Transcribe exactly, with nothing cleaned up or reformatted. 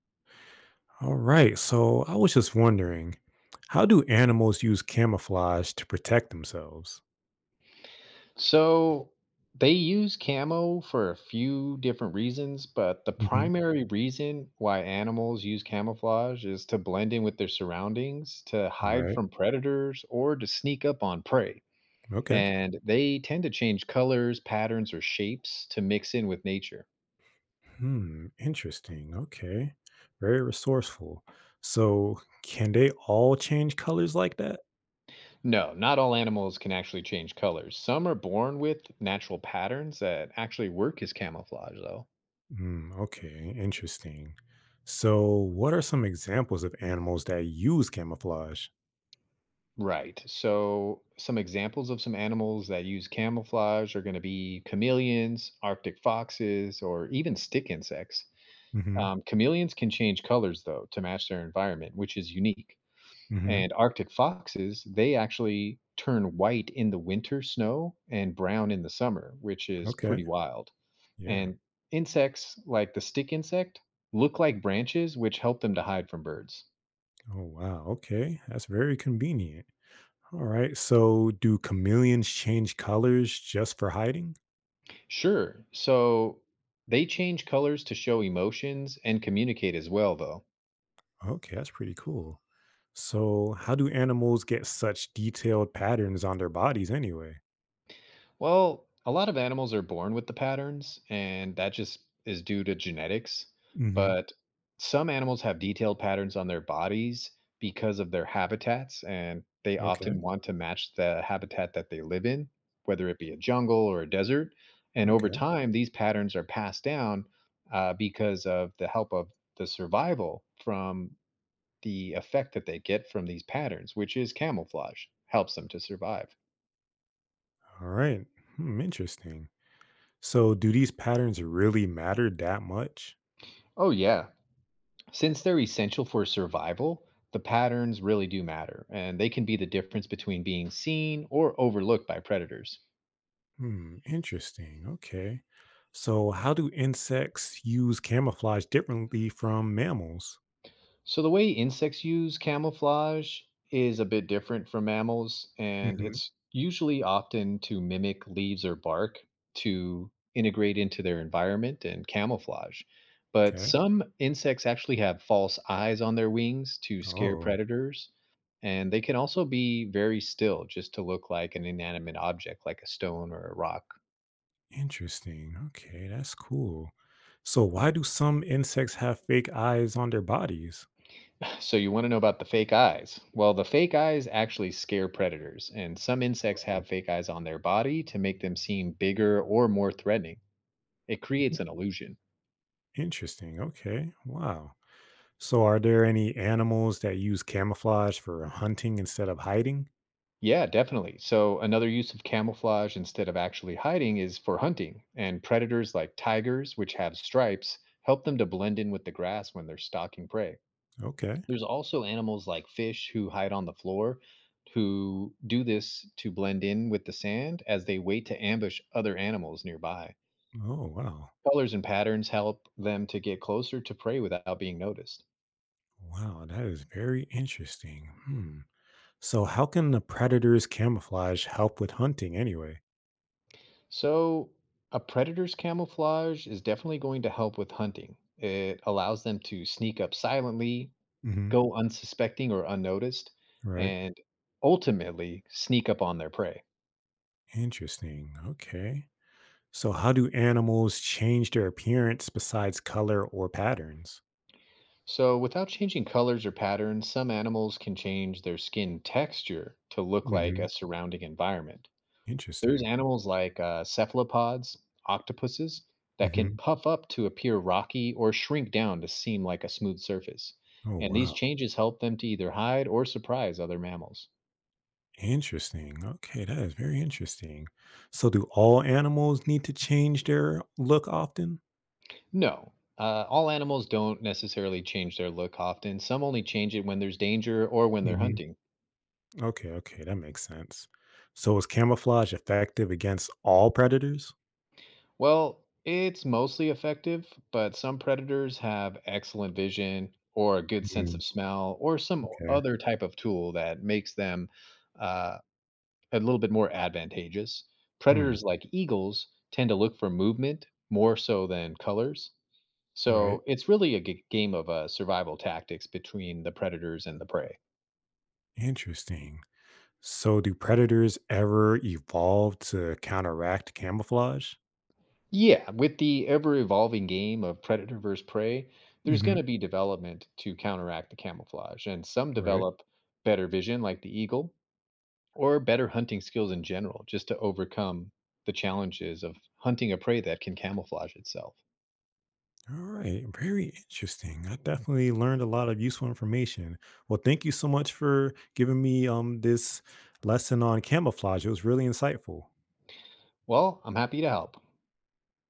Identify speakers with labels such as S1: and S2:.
S1: All right. So I was just wondering, how do animals use camouflage to protect themselves?
S2: So they use camo for a few different reasons, but the
S1: Hmm.
S2: primary reason why animals use camouflage is to blend in with their surroundings, to hide
S1: Right.
S2: from predators, or to sneak up on prey.
S1: Okay.
S2: And they tend to change colors, patterns, or shapes to mix in with nature.
S1: Hmm. Interesting. Okay. Very resourceful. So can they all change colors like that?
S2: No, not all animals can actually change colors. Some are born with natural patterns that actually work as camouflage, though.
S1: Hmm. Okay. Interesting. So what are some examples of animals that use camouflage?
S2: Right. So, some examples of some animals that use camouflage are going to be chameleons, Arctic foxes, or even stick insects.
S1: Hmm.
S2: Um, chameleons can change colors, though, to match their environment, which is unique.
S1: Hmm.
S2: And Arctic foxes, they actually turn white in the winter snow and brown in the summer, which is
S1: Okay.
S2: pretty wild.
S1: Yeah.
S2: And insects, like the stick insect, look like branches, which help them to hide from birds.
S1: Oh wow. Okay. That's very convenient. All right. So, do chameleons change colors just for hiding?
S2: Sure. So they change colors to show emotions and communicate as well, though.
S1: Okay, that's pretty cool. So, how do animals get such detailed patterns on their bodies anyway?
S2: Well, a lot of animals are born with the patterns, and that just is due to genetics.
S1: Hmm.
S2: But some animals have detailed patterns on their bodies because of their habitats, and they often
S1: Okay.
S2: want to match the habitat that they live in, whether it be a jungle or a desert. And over
S1: Okay.
S2: time, these patterns are passed down uh, because of the help of the survival from the effect that they get from these patterns, which is camouflage, helps them to survive.
S1: All right. Hmm, interesting. So, do these patterns really matter that much?
S2: Oh, yeah. Since they're essential for survival, the patterns really do matter, and they can be the difference between being seen or overlooked by predators.
S1: Hmm. Interesting. Okay. So, how do insects use camouflage differently from mammals?
S2: So the way insects use camouflage is a bit different from mammals, and
S1: Hmm.
S2: it's usually often to mimic leaves or bark to integrate into their environment and camouflage. But
S1: Okay.
S2: some insects actually have false eyes on their wings to scare
S1: Oh,
S2: predators, and they can also be very still just to look like an inanimate object like a stone or a rock.
S1: interesting. Okay, that's cool. So why do some insects have fake eyes on their bodies?
S2: So you want to know about the fake eyes? Well, the fake eyes actually scare predators, and some insects
S1: Oh,
S2: have fake eyes on their body to make them seem bigger or more threatening. It creates
S1: in-
S2: an illusion.
S1: interesting. Okay. Wow. So are there any animals that use camouflage for hunting instead of hiding?
S2: Yeah, definitely. So another use of camouflage instead of actually hiding is for hunting, and predators like tigers, which have stripes, help them to blend in with the grass when they're stalking prey.
S1: Okay.
S2: There's also animals like fish who hide on the floor who do this to blend in with the sand as they wait to ambush other animals nearby.
S1: Oh, wow.
S2: Colors and patterns help them to get closer to prey without being noticed.
S1: Wow, that is very interesting. Hmm. So how can the predator's camouflage help with hunting anyway?
S2: So, a predator's camouflage is definitely going to help with hunting. It allows them to sneak up silently,
S1: Hmm.
S2: go unsuspecting or unnoticed,
S1: Right.
S2: and ultimately sneak up on their prey.
S1: Interesting. Okay. So how do animals change their appearance besides color or patterns?
S2: So, without changing colors or patterns, some animals can change their skin texture to look like
S1: Hmm.
S2: a surrounding environment. There's
S1: Interesting.
S2: animals like uh, cephalopods, octopuses, that can
S1: Hmm.
S2: puff up to appear rocky or shrink down to seem like a smooth surface.
S1: Oh,
S2: And these
S1: wow.
S2: changes help them to either hide or surprise other mammals.
S1: Interesting. Okay, that is very interesting. So, do all animals need to change their look often?
S2: No, uh, all animals don't necessarily change their look often. Some only change it when there's danger or when they're
S1: Hmm.
S2: hunting.
S1: Okay, okay, that makes sense. So, is camouflage effective against all predators?
S2: Well, it's mostly effective, but some predators have excellent vision or a good sense
S1: Mm,
S2: of smell or some
S1: okay.
S2: other type of tool that makes them. Uh, A little bit more advantageous.
S1: Hmm,
S2: Predators like eagles tend to look for movement more so than colors.
S1: right.
S2: So it's really a g- game of uh, survival tactics between the predators and the prey.
S1: Interesting. So, do predators ever evolve to counteract camouflage?
S2: Yeah, with the ever evolving game of predator versus prey, there's going
S1: Hmm.
S2: to be development to counteract the camouflage. And some
S1: Right.
S2: develop better vision, like the eagle, or better hunting skills in general, just to overcome the challenges of hunting a prey that can camouflage itself.
S1: All right, very interesting. I definitely learned a lot of useful information. Well, thank you so much for giving me um this lesson on camouflage. It was really insightful.
S2: Well, I'm happy to help.